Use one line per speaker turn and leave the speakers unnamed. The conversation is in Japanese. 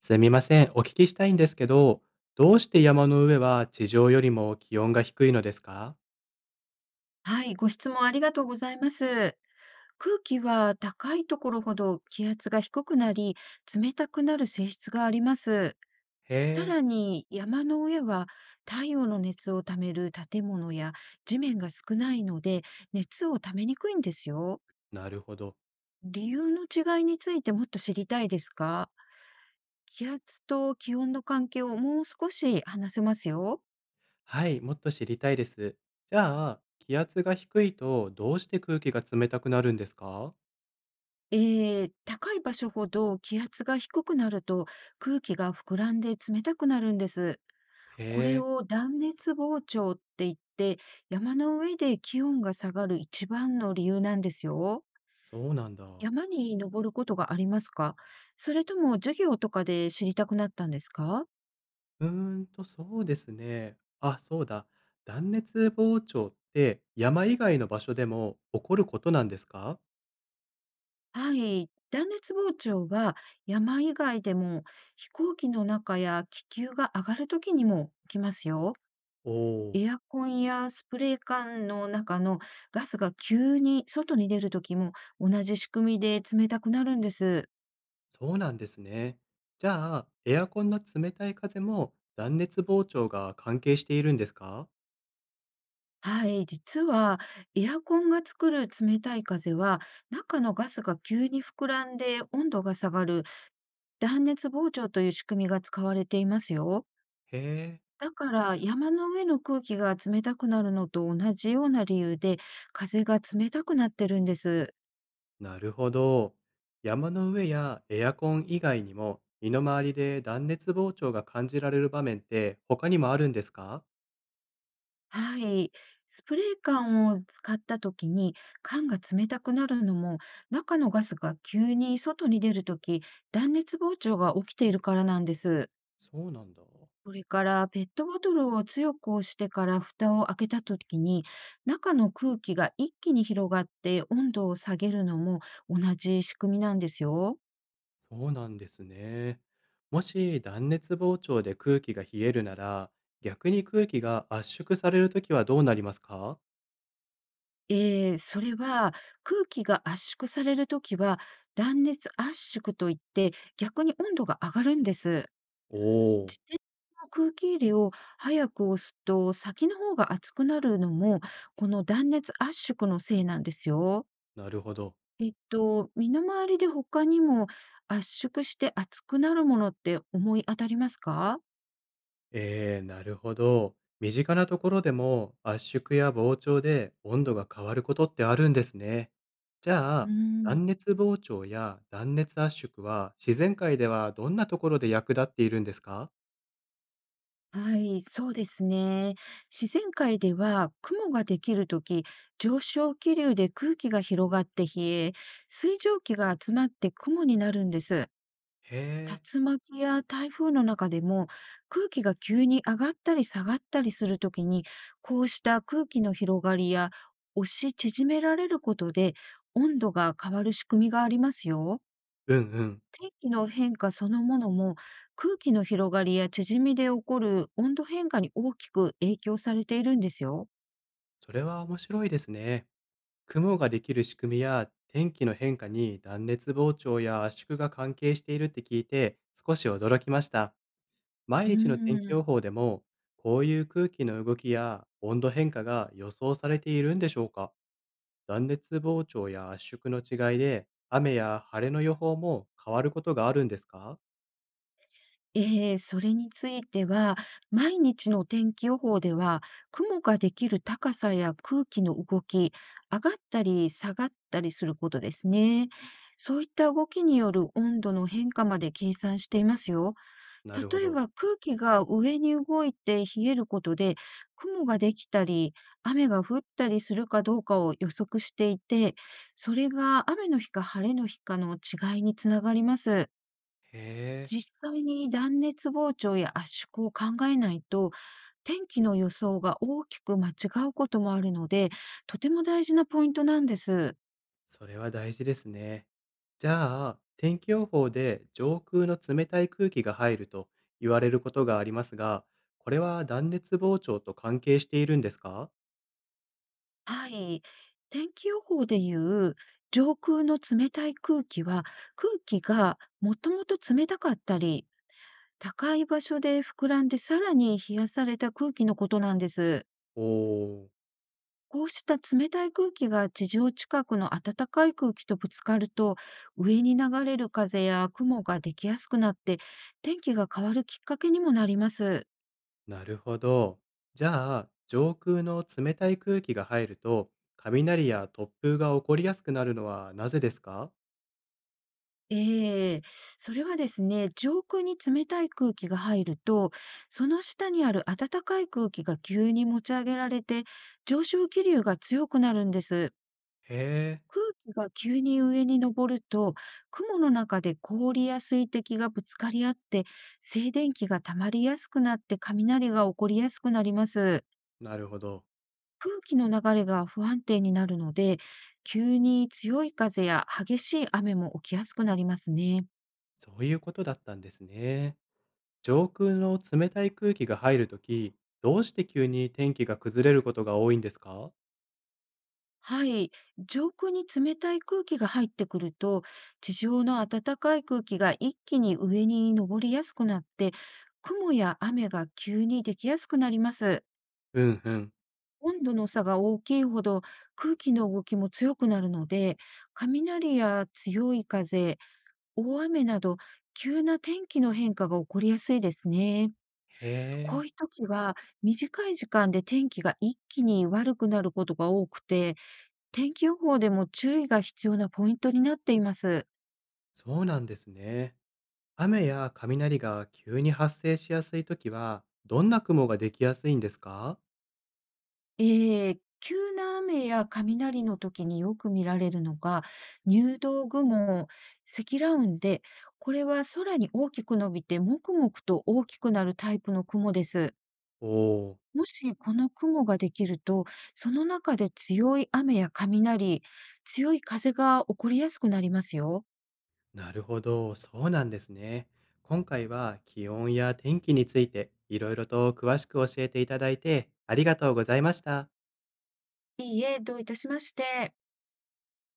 すみません、お聞きしたいんですけど、どうして山の上は地上よりも気温が低いのですか？
はい、ご質問ありがとうございます。空気は高いところほど気圧が低くなり、冷たくなる性質があります。
へ
さ
え、
らに山の上は太陽の熱をためる建物や地面が少ないので、熱をためにくいんですよ。
なるほど。
理由の違いについてもっと知りたいですか？気圧と気温の関係をもう少し話せますよ。
はい、もっと知りたいです。じゃあ、気圧が低いとどうして空気が冷たくなるんですか？
高い場所ほど気圧が低くなると空気が膨らんで冷たくなるんです。
へ
これ
え、
を断熱膨張って言って、山の上で気温が下がる一番の理由なんですよ。
そうなんだ。
山に登ることがありますか？それとも授業とかで知りたくなったんですか？
うーそうですね。あ、そうだ。断熱膨張って山以外の場所でも起こることなんですか？
はい。断熱膨張は山以外でも、飛行機の中や気球が上がるときにも起きますよ。
おおー。
エアコンやスプレー缶の中のガスが急に外に出るときも、同じ仕組みで冷たくなるんです。
そうなんですね。じゃあ、エアコンの冷たい風も断熱膨張が関係しているんですか？
はい、実はエアコンが作る冷たい風は、中のガスが急に膨らんで温度が下がる断熱膨張という仕組みが使われていますよ。
へえ、
だから山の上の空気が冷たくなるのと同じような理由で、風が冷たくなってるんです。
なるほど。山の上やエアコン以外にも、身の回りで断熱膨張が感じられる場面って他にもあるんですか？
はい。スプレー缶を使ったときに、缶が冷たくなるのも、中のガスが急に外に出るとき、断熱膨張が起きているからなんです。
そうなんだ。
それから、ペットボトルを強く押してから蓋を開けたときに、中の空気が一気に広がって温度を下げるのも同じ仕組みなんですよ。
そうなんですね。もし断熱膨張で空気が冷えるなら、逆に空気が圧縮されるときはどうなりますか？
それは、空気が圧縮されるときは断熱圧縮といって、逆に温度が上がるんです。
おお
自転車の空気入れを早く押すと、先の方が熱くなるのも、この断熱圧縮のせいなんですよ。
ー、なるほど。
身の回りで他にも圧縮して熱くなるものって思い当たりますか？
ええ、なるほど。身近なところでも圧縮や膨張で温度が変わることってあるんですね。じゃ
うー
あ、
ん、
断熱膨張や断熱圧縮は自然界ではどんなところで役立っているんですか？
はい、そうですね。自然界では雲ができるとき、上昇気流で空気が広がって冷え、水蒸気が集まって雲になるんです。
へえ、
竜巻や台風の中でも、空気が急に上がったり下がったりするときに、こうした空気の広がりや押し縮められることで、温度が変わる仕組みがありますよ。
うんうん。
天気の変化そのものも、空気の広がりや縮みで起こる温度変化に大きく影響されているんですよ。
それは面白いですね。雲ができる仕組みや天気の変化に断熱膨張や圧縮が関係しているって聞いて、少し驚きました。毎
う
日の天気
ー
予
ん。
報でも、こういう空気の動きや温度変化が予想されているんでしょうか？断熱膨張や圧縮の違いで、雨や晴れの予報も変わることがあるんですか？
ええ、それについては、毎日の天気予報では、雲ができる高さや空気の動き、上がったり下がったりすることですね。そういった動きによる温度の変化まで計算していますよ。
なるほ
例え
ど。
ば空気が上に動いて冷えることで、雲ができたり、雨が降ったりするかどうかを予測していて、それが雨の日か晴れの日かの違いにつながります。
へえ、
実際に断熱膨張や圧縮を考えないと、天気の予想が大きく間違うこともあるので、とても大事なポイントなんです。
それは大事ですね。じゃあ、天気予報で上空の冷たい空気が入ると言われることがありますが、これは断熱膨張と関係しているんですか？
はい。天気予報でいう、上空の冷たい空気は、空気がもともと冷たかったり、高い場所で膨らんでさらに冷やされた空気のことなんです。
おおー。
こうした冷たい空気が地上近くの暖かい空気とぶつかると、上に流れる風や雲ができやすくなって、天気が変わるきっかけにもなります。
なるほど。じゃあ、上空の冷たい空気が入ると、雷や突風が起こりやすくなるのはなぜですか？
ええ、それはですね、上空に冷たい空気が入ると、その下にある暖かい空気が急に持ち上げられて、上昇気流が強くなるんです。
へえ、
空気が急に上に上ると、雲の中で氷や水滴がぶつかり合って、静電気が溜まりやすくなって雷が起こりやすくなります。
なるほど。
空気の流れが不安定になるので、急に強い風や激しい雨も起きやすくなりますね。
そういうことだったんですね。上空の冷たい空気が入るとき、どうして急に天気が崩れることが多いんですか？
はい。上空に冷たい空気が入ってくると、地上の暖かい空気が一気に上に上りやすくなって、雲や雨が急にできやすくなります。
うんうん。
温度の差が大きいほど空気の動きも強くなるので、雷や強い風、大雨など急な天気の変化が起こりやすいですね。
へ
こ
え、
ういう時は短い時間で天気が一気に悪くなることが多くて、天気予報でも注意が必要なポイントになっています。
そうなんですね。雨や雷が急に発生しやすいときは、どんな雲ができやすいんですか？
ええ、急な雨や雷の時によく見られるのが、入道雲、積乱雲で、これは空に大きく伸びて、もくもくと大きくなるタイプの雲です。
おおー。
もしこの雲ができると、その中で強い雨や雷、強い風が起こりやすくなりますよ。
なるほど、そうなんですね。今回は気温や天気についていろいろと詳しく教えていただいてありがとうございました。
いいえ、どういたしまして。